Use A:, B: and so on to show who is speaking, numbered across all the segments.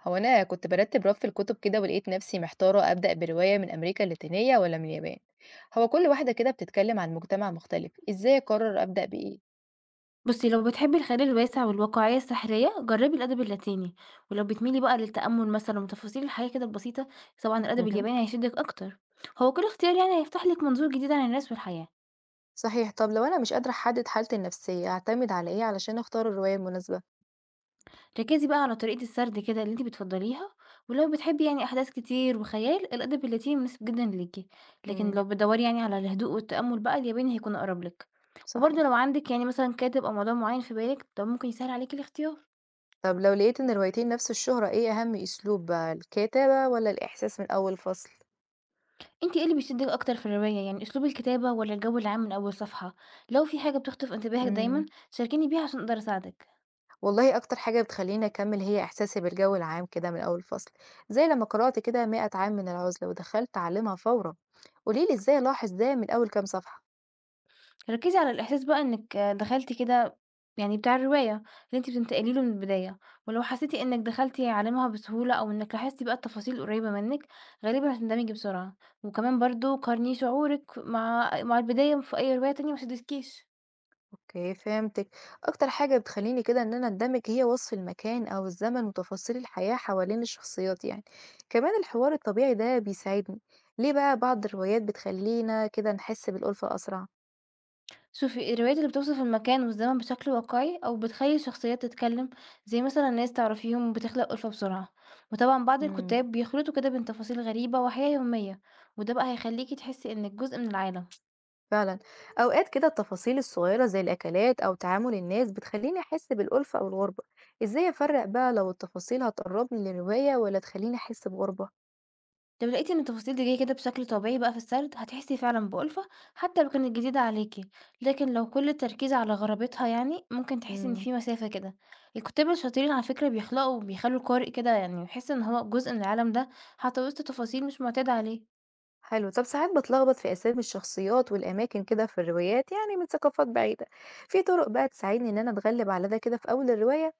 A: هو أنا كنت برتب رف الكتب كده ولقيت نفسي محتارة أبدأ برواية من أمريكا اللاتينية ولا من اليابان. هو كل واحدة كده بتتكلم عن مجتمع مختلف، إزاي أقرر أبدأ بإيه؟
B: بُصي، لو بتحبي الخيال الواسع والواقعية السحرية، جربي الأدب اللاتيني، ولو بتميلي بقى للتأمل مثلًا وتفاصيل الحياة كده البسيطة، طبعًا الأدب
A: مهم.
B: الياباني هيشدِّك أكتر. هو كل اختيار يعني هيفتح لِك منظور جديد عن الناس والحياة.
A: صحيح. طب لو أنا مش قادرة أحدد حالتي النفسية أعتمد على إيه علشان أختار الرواية المناسبة؟
B: ركزي بقى على طريقة السرد كده اللي أنتِ بتفضليها، ولو بتحبي يعني أحداث كتير وخيال، الأدب اللاتيني مناسب جدًا ليكِ. لكن
A: امم
B: لو بتدوري يعني على الهدوء والتأمل بقى، الياباني هيكون أقرب لِك. وبرضه
A: صحيح.
B: لو عندِك يعني مثلًا كاتب أو موضوع معين في بالِك، ده ممكن يسهل عليكِ الاختيار.
A: طب لو لقيت إن الروايتين نفس الشهرة، إيه أهم، أسلوب بقى الكتابة ولا الإحساس من أول فصل؟
B: أنتِ إيه اللي بيشدِّك أكتر في الرواية، يعني أسلوب الكتابة والّا الجو العام من أول صفحة؟ لو في حاجة بتخطف انتباهك دايمًا
A: امم
B: شاركيني بيها عشان أقدر أساعدِك.
A: والله أكتر حاجة بتخلّيني أكمّل هي إحساسي بالجو العام كده من أول الفصل، زي لمّا قرأت كده 100 عام من العزلة ودخلت أعلمها فورًا، قولي لي إزاي ألاحظ ده من أول كام صفحة؟
B: ركّزي على الإحساس بقى إنِّك دخلتِ كده يعني بتاع الرواية اللي أنتِ بتنتقلي له من البداية، ولو حسيتِ إنِّك دخلتِ عالمها بسهولة أو إنِّك لاحظتِ بقى التفاصيل القريبة منِّك، غالبًا هتندمجي بسرعة. وكمان برضه قارني شعورِك مع البداية في أي رواية تانية ما شدتكيش.
A: أوكي فهمتِك. أكتر حاجة بتخلّيني كده إن أنا أندمج هي وصف المكان أو الزمن وتفاصيل الحياة حوالين الشخصيات يعني، كمان الحوار الطبيعي ده بيساعدني، ليه بقى بعض الروايات بتخلّينا كده نحس بالألفة أسرع؟
B: شوفي الروايات اللي بتوصف المكان والزمن بشكل واقعي أو بتخلي الشخصيات تتكلم زي مثلا ناس تعرفيهم بتخلق ألفة بسرعة، وطبعا بعض
A: إمم.
B: الكتاب بيخلطوا كده بين تفاصيل غريبة وحياة يومية، وده بقى هيخليكي تحسي إنك جزء من العالم.
A: فعلًا. أوقات كده التفاصيل الصغيرة زي الأكلات أو تعامل الناس بتخلّيني أحس بالألفة أو الغربة، إزاي أفرّق بقى لو التفاصيل هتقرّبني للرواية والّا تخلّيني أحس بغربة؟
B: لو لقيتي إن التفاصيل دي جاية كده بشكل طبيعي بقى في السرد هتحسي فعلا بألفة حتى لو كانت جديدة عليكي، لكن لو كل التركيز على غرابتها يعني ممكن تحسي إن
A: إمم.
B: في مسافة كده. الكتاب الشاطرين على فكرة بيخلوا القارئ كده يعني يحس إن هو جزء من العالم ده حتى وسط تفاصيل مش معتاد عليه.
A: حلو. طب ساعات باتلخبط في أسامي الشخصيات والأماكن كده في الروايات يعني من ثقافات بعيدة، في طرق بقى تساعدني إن أنا أتغلب على ده كده في أول الرواية؟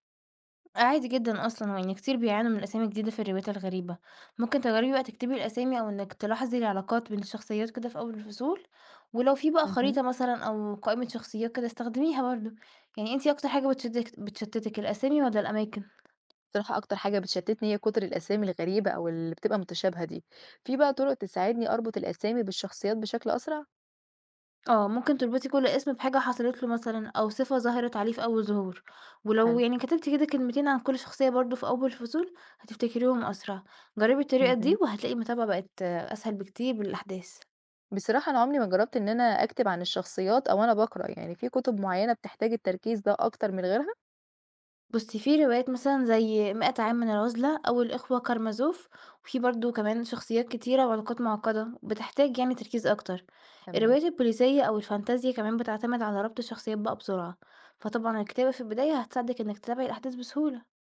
B: عادي جدًا أصلًا، هو يعني كتير بيعانوا من أسامي جديدة في الروايات الغريبة. ممكن تجربي بقى تكتبي الأسامي أو إنِّك تلاحظي العلاقات بين الشخصيات كده في أول الفصول، ولو في بقى
A: اهم.
B: خريطة مثلًا أو قائمة شخصيات كده استخدميها برضه. يعني أنتِ أكتر حاجة بتشتِّتِك الأسامي والّا الأماكن؟
A: بصراحة أكتر حاجة بتشتتني هي كتر الأسامي الغريبة أو اللي بتبقى متشابهة دي، في بقى طرق تساعدني أربط الأسامي بالشخصيات بشكل أسرع؟
B: آه، ممكن تربطي كل اسم بحاجة حصلت له مثلًا أو صفة ظهرت عليه في أول ظهور، ولو
A: حلو.
B: يعني كتبتِ كده كلمتين عن كل شخصية برضه في أول الفصول هتفتكريهم أسرع. جربي الطريقة دي
A: اهم.
B: وهتلاقي المتابعة بقت آه، أسهل بكتير بالأحداث.
A: بصراحة أنا عمري ما جرّبت إن أنا أكتب عن الشخصيات أو أنا باقرا، يعني في كُتب معيّنة بتحتاج التركيز ده أكتر من غيرها؟
B: بُصّي، في روايات مثلًا زي مِائة عام من العزلة أو الإخوة كارمازوف، وفي برضه كمان شخصيات كتيرة وعلاقات معقدة، بتحتاج يعني تركيز أكتر.
A: تمام.
B: الروايات البوليسية أو الفانتازيا كمان بتعتمد على ربط الشخصيات بقى بسرعة، فطبعًا الكتابة في البداية هتساعدِك إنِك تتابعي الأحداث بسهولة.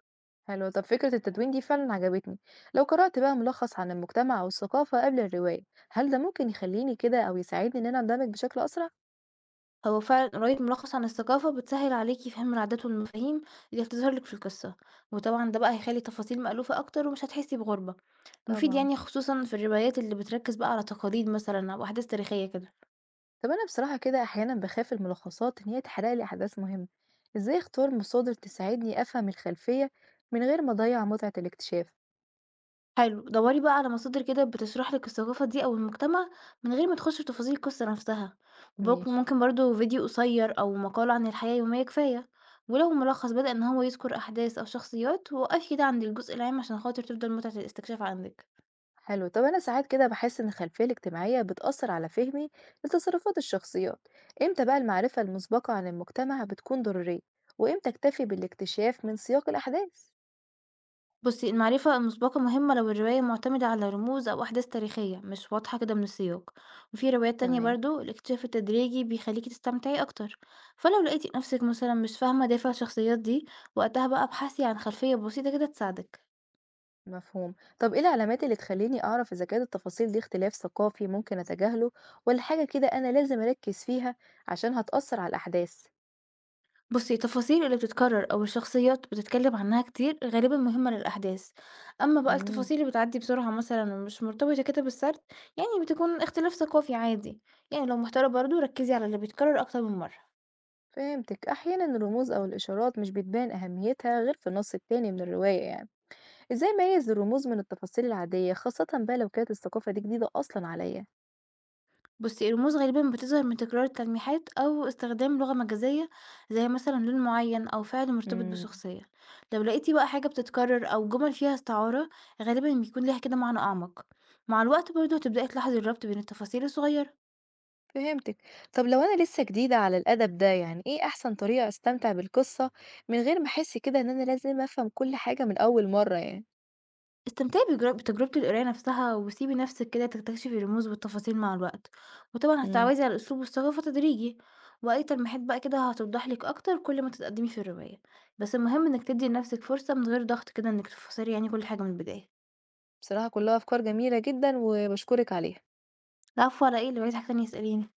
A: حلو، طَب فكرة التدوين دي فعلًا عجبتني، لو قرأت بقى ملخص عن المجتمع أو الثقافة قبل الرواية، هل ده ممكن يخلّيني كده أو يساعدني إن أنا أندمج بشكل أسرع؟
B: هو فعلًا قراية ملخص عن الثقافة بتسهل عليكِ فهم العادات والمفاهيم اللي بتظهر لِك في القصة، وطبعًا ده بقى هيخلي التفاصيل مألوفة أكتر ومش هتحسي بغربة. مفيد
A: طبعًا.
B: يعني خصوصًا في الروايات اللي بتركز بقى على تقاليد مثلًا أو أحداث تاريخية كده.
A: طَب أنا بصراحة كده أحيانًا باخاف الملخصات إن هي تحرق لي أحداث مهمة، إزاي أختار مصادر تساعدني أفهم الخلفية من غير ما أضيّع متعة الاكتشاف؟
B: حلو، دوّري بقى على مصادر كده بتشرح لِك الثقافة دي أو المجتمع من غير ما تخشي في تفاصيل القصة نفسها، وبرضه
A: ماشي.
B: ممكن برضه فيديو قصير أو مقالة عن الحياة اليومية كفاية، ولو ملخص بدأ إن هو يذكر أحداث أو شخصيات وقفي كده عند الجزء العام عشان خاطر تفضل متعة الاستكشاف عندِك.
A: حلو. طب أنا ساعات كده بحس إن الخلفية الاجتماعية بتأثر على فهمي لتصرفات الشخصيات، إمتى بقى المعرفة المسبقة عن المجتمع بتكون ضرورية، وإمتى أكتفي بالاكتشاف من سياق الأحداث؟
B: بصي المعرفة المسبقة مهمة لو الرواية معتمدة على رموز أو أحداث تاريخية مش واضحة كده من السياق، وفي روايات تانية
A: تمام.
B: برضو الاكتشاف التدريجي بيخليكي تستمتعي أكتر، فلو لقيتي نفسك مثلا مش فاهمة دافع الشخصيات دي وقتها بقى ابحثي عن خلفية بسيطة كده تساعدك.
A: مفهوم. طب إيه العلامات اللي تخليني أعرف إذا كانت التفاصيل دي اختلاف ثقافي ممكن أتجاهله، ولا حاجة كده أنا لازم أركز فيها عشان هتأثر على الأحداث؟
B: بصي التفاصيل اللي بتتكرر أو الشخصيات بتتكلم عنها كتير غالبا مهمة للأحداث، أما بقى
A: امم
B: التفاصيل اللي بتعدي بسرعة مثلا ومش مرتبطة كده بالسرد يعني بتكون اختلاف ثقافي عادي. يعني لو محتارة برضو ركزي على اللي بيتكرر أكتر من مرة.
A: فهمتك. أحيانا الرموز أو الإشارات مش بتبان أهميتها غير في النص التاني من الرواية يعني، إزاي أميّز الرموز من التفاصيل العادية، خاصةً بقى لو كانت الثقافة دي جديدة أصلًا عليَّ؟
B: بُصي، الرموز غالبًا بتظهر من تكرار التلميحات أو استخدام لغة مجازية، زي مثلًا لون معين أو فعل مرتبط
A: إمم.
B: بشخصية. لو لقيتِ بقى حاجة بتتكرر أو جمل فيها استعارة، غالبًا بيكون ليها كده معنى أعمق. مع الوقت برضه هتبدئي تلاحظي الربط بين التفاصيل الصغيرة.
A: فهمتِك. طب لو أنا لسه جديدة على الأدب ده، يعني إيه أحسن طريقة أستمتع بالقصة من غير ما أحس كده إن أنا لازم أفهم كل حاجة من أول مرة يعني؟
B: استمتعي بتجربة القراية نفسها، وسيبي نفسِك كده تكتشفي الرموز والتفاصيل مع الوقت، وطبعًا
A: إمم.
B: هتتعودي على الأسلوب والثقافة تدريجي، وأي تلميحات بقى كده هتوضح لِك أكتر كل ما تتقدمي في الرواية، بس المهم إنِك تدي لنفسِك فرصة من غير ضغط كده إنِك تفسري يعني كل حاجة من البداية.
A: بصراحة كلها أفكار جميلة جدًا وباشكرِك عليها.
B: العفو على إيه، لو عايزة حاجة تانية اسأليني.